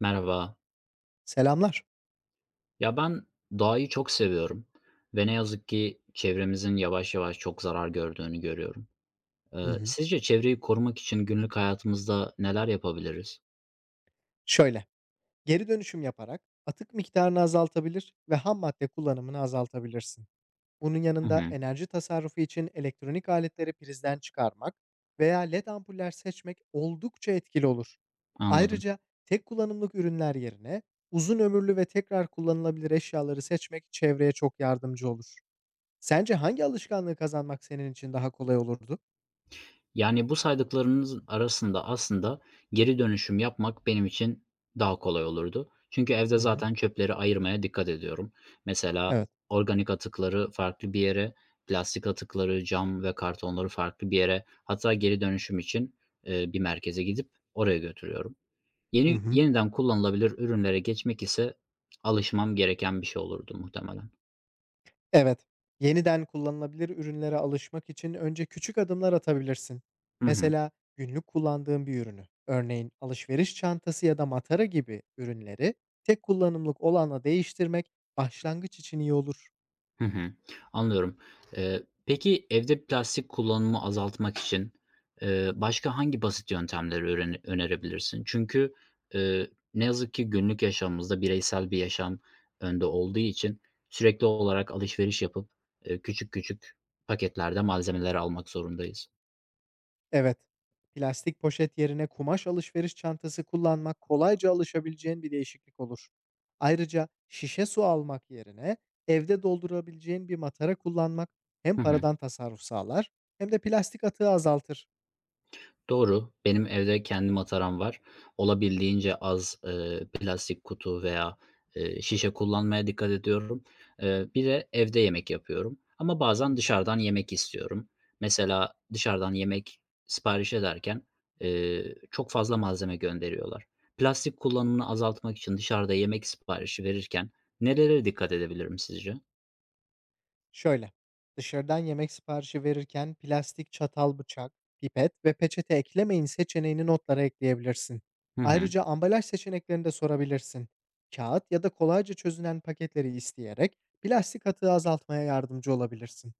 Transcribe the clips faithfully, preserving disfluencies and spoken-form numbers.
Merhaba. Selamlar. Ya ben doğayı çok seviyorum ve ne yazık ki çevremizin yavaş yavaş çok zarar gördüğünü görüyorum. Ee, Hı hı. Sizce çevreyi korumak için günlük hayatımızda neler yapabiliriz? Şöyle, geri dönüşüm yaparak atık miktarını azaltabilir ve ham madde kullanımını azaltabilirsin. Bunun Hı yanında hı, enerji tasarrufu için elektronik aletleri prizden çıkarmak veya led ampuller seçmek oldukça etkili olur. anladım. Ayrıca tek kullanımlık ürünler yerine uzun ömürlü ve tekrar kullanılabilir eşyaları seçmek çevreye çok yardımcı olur. Sence hangi alışkanlığı kazanmak senin için daha kolay olurdu? Yani, bu saydıklarınızın arasında aslında geri dönüşüm yapmak benim için daha kolay olurdu. Çünkü evde Hı hı. zaten çöpleri ayırmaya dikkat ediyorum. Mesela Evet. organik atıkları farklı bir yere, plastik atıkları, cam ve kartonları farklı bir yere, hatta geri dönüşüm için, eee, bir merkeze gidip oraya götürüyorum. Hı Yeni hı. yeniden kullanılabilir ürünlere geçmek ise alışmam gereken bir şey olurdu muhtemelen. Evet. Yeniden kullanılabilir ürünlere alışmak için önce küçük adımlar atabilirsin. Hı hı. Mesela günlük kullandığın bir ürünü, örneğin alışveriş çantası ya da matara gibi ürünleri tek kullanımlık olana değiştirmek başlangıç için iyi olur. Hı hı. Anlıyorum. Eee, peki evde plastik kullanımı azaltmak için, eee, başka hangi basit yöntemleri öğreni önerebilirsin? Çünkü, eee, ne yazık ki günlük yaşamımızda bireysel bir yaşam önde olduğu için sürekli olarak alışveriş yapıp, eee, küçük küçük paketlerde malzemeler almak zorundayız. Evet. Plastik poşet yerine kumaş alışveriş çantası kullanmak kolayca alışabileceğin bir değişiklik olur. Ayrıca şişe su almak yerine evde doldurabileceğin bir matara kullanmak hem Hı hı. paradan tasarruf sağlar hem de plastik atığı azaltır. Doğru. Benim evde kendi mataram var. Olabildiğince az, eee, plastik kutu veya, eee, şişe kullanmaya dikkat ediyorum. Eee, bir de evde yemek yapıyorum ama Hı bazen hı. dışarıdan yemek istiyorum. Mesela dışarıdan yemek sipariş ederken, eee, çok fazla malzeme gönderiyorlar. Plastik kullanımını azaltmak için dışarıda yemek siparişi verirken nelere dikkat edebilirim sizce? Şöyle, dışarıdan yemek siparişi verirken plastik çatal, bıçak, pipet ve peçete eklemeyin seçeneğini notlara ekleyebilirsin. Hı hı. Ayrıca ambalaj seçeneklerini de sorabilirsin. Kağıt ya da kolayca çözünen paketleri isteyerek plastik atığı azaltmaya yardımcı olabilirsin.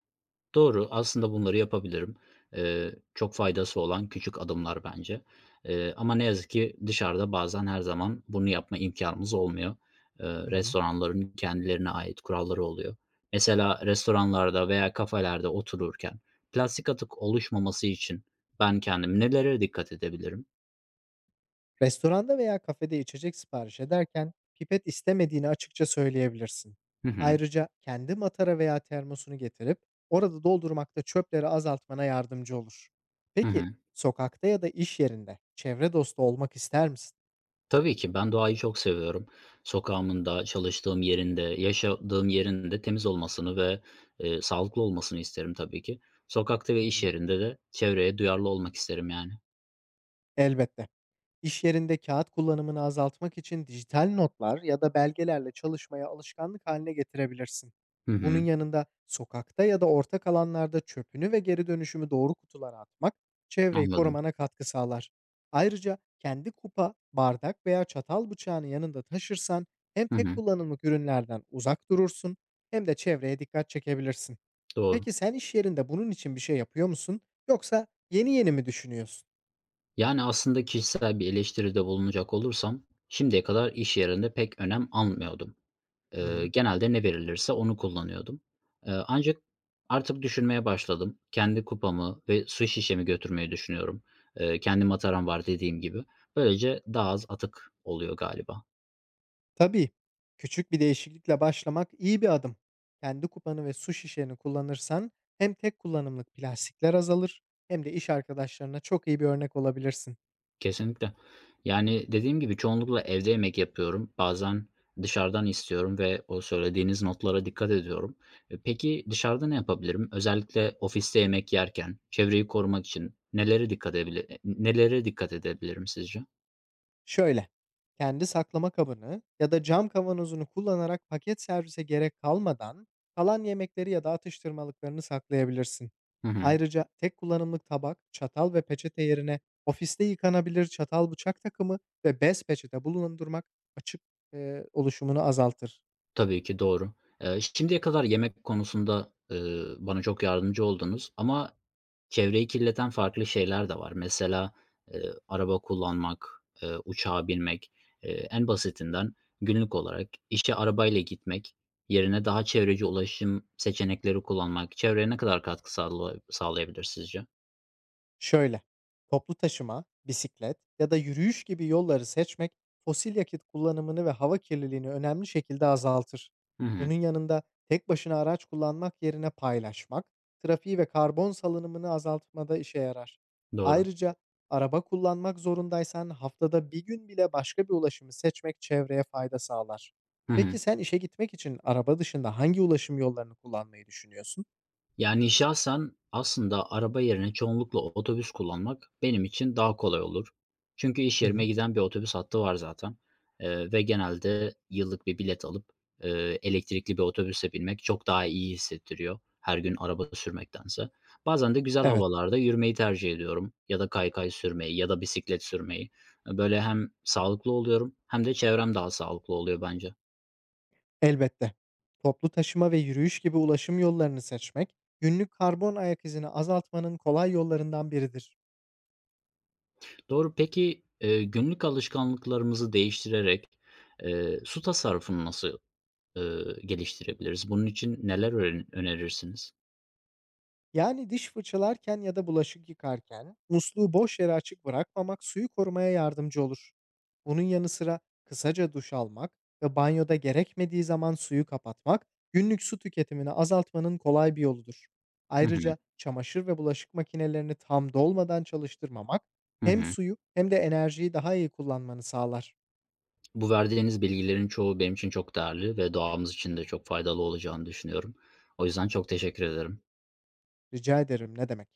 Doğru, aslında bunları yapabilirim. Eee, çok faydası olan küçük adımlar bence. Eee, ama ne yazık ki dışarıda bazen her zaman bunu yapma imkânımız olmuyor. Eee, Hı hı. Restoranların kendilerine ait kuralları oluyor. Mesela restoranlarda veya kafelerde otururken plastik atık oluşmaması için ben kendim nelere dikkat edebilirim? Restoranda veya kafede içecek sipariş ederken pipet istemediğini açıkça söyleyebilirsin. Hı hı. Ayrıca kendi matara veya termosunu getirip orada doldurmakta çöpleri azaltmana yardımcı olur. Hı Peki hı. sokakta ya da iş yerinde çevre dostu olmak ister misin? Tabii ki ben doğayı çok seviyorum. Sokağımın da, çalıştığım yerinde, yaşadığım yerin de temiz olmasını ve, eee, sağlıklı olmasını isterim tabii ki. Sokakta Hı ve iş hı. yerinde de çevreye duyarlı olmak isterim yani. Elbette. İş yerinde kağıt kullanımını azaltmak için dijital notlar ya da belgelerle çalışmaya alışkanlık haline getirebilirsin. Hı Bunun hı, yanında sokakta ya da ortak alanlarda çöpünü ve geri dönüşümü doğru kutulara atmak çevreyi anladım. korumana katkı sağlar. Ayrıca kendi kupa, bardak veya çatal bıçağını yanında taşırsan hem Hı tek hı, kullanımlık ürünlerden uzak durursun hem de çevreye dikkat çekebilirsin. doğru. Peki sen iş yerinde bunun için bir şey yapıyor musun yoksa yeni yeni mi düşünüyorsun? Yani aslında kişisel bir eleştiride bulunacak olursam şimdiye kadar iş yerinde pek önem almıyordum. Hı Eee, hı. Genelde ne verilirse onu kullanıyordum. Eee, ancak artık düşünmeye başladım. Kendi kupamı ve su şişemi götürmeyi düşünüyorum. Eee, kendi mataram var dediğim gibi. Böylece daha az atık oluyor galiba. Tabii. Küçük bir değişiklikle başlamak iyi bir adım. Kendi kupanı ve su şişeni kullanırsan hem tek kullanımlık plastikler azalır hem de iş arkadaşlarına çok iyi bir örnek olabilirsin. Kesinlikle. Yani dediğim gibi çoğunlukla evde yemek yapıyorum. Bazen dışarıdan istiyorum ve o söylediğiniz notlara dikkat ediyorum. E, peki dışarıda ne yapabilirim? Özellikle ofiste yemek yerken çevreyi korumak için nelere dikkat edebili- nelere dikkat edebilirim sizce? Şöyle, kendi saklama kabını ya da cam kavanozunu kullanarak paket servise gerek kalmadan kalan yemekleri ya da atıştırmalıklarını saklayabilirsin. Hı hı. Ayrıca tek kullanımlık tabak, çatal ve peçete yerine ofiste yıkanabilir çatal bıçak takımı ve bez peçete bulundurmak açık eee, oluşumunu azaltır. Tabii ki, doğru. Eee, şimdiye kadar yemek konusunda, eee, bana çok yardımcı oldunuz ama çevreyi kirleten farklı şeyler de var. Mesela, eee, araba kullanmak, eee, uçağa binmek, eee, en basitinden günlük olarak işe arabayla gitmek yerine daha çevreci ulaşım seçenekleri kullanmak çevreye ne kadar katkı sağla sağlayabilir sizce? Şöyle, toplu taşıma, bisiklet ya da yürüyüş gibi yolları seçmek fosil yakıt kullanımını ve hava kirliliğini önemli şekilde azaltır. Hı Bunun hı. yanında tek başına araç kullanmak yerine paylaşmak, trafiği ve karbon salınımını azaltmada işe yarar. Doğru. Ayrıca araba kullanmak zorundaysan haftada bir gün bile başka bir ulaşımı seçmek çevreye fayda sağlar. Hı Peki hı. sen işe gitmek için araba dışında hangi ulaşım yollarını kullanmayı düşünüyorsun? Yani şahsen aslında araba yerine çoğunlukla otobüs kullanmak benim için daha kolay olur. Çünkü iş Hı hı. yerime giden bir otobüs hattı var zaten. Eee, ve genelde yıllık bir bilet alıp eee, elektrikli bir otobüse binmek çok daha iyi hissettiriyor her gün araba sürmektense. Bazen de güzel Evet. havalarda yürümeyi tercih ediyorum ya da kaykay sürmeyi ya da bisiklet sürmeyi. Böyle hem sağlıklı oluyorum hem de çevrem daha sağlıklı oluyor bence. Elbette. Toplu taşıma ve yürüyüş gibi ulaşım yollarını seçmek, günlük karbon ayak izini azaltmanın kolay yollarından biridir. Doğru. Peki, eee, günlük alışkanlıklarımızı değiştirerek, eee, su tasarrufunu nasıl, ııı, geliştirebiliriz? Bunun için neler ören önerirsiniz? Yani diş fırçalarken ya da bulaşık yıkarken musluğu boş yere açık bırakmamak suyu korumaya yardımcı olur. Bunun yanı sıra kısaca duş almak ve banyoda gerekmediği zaman suyu kapatmak günlük su tüketimini azaltmanın kolay bir yoludur. Hı hı. Ayrıca çamaşır ve bulaşık makinelerini tam dolmadan çalıştırmamak Hı hem hı. suyu hem de enerjiyi daha iyi kullanmanı sağlar. Bu verdiğiniz bilgilerin çoğu benim için çok değerli ve doğamız için de çok faydalı olacağını düşünüyorum. O yüzden çok teşekkür ederim. Rica ederim, ne demek.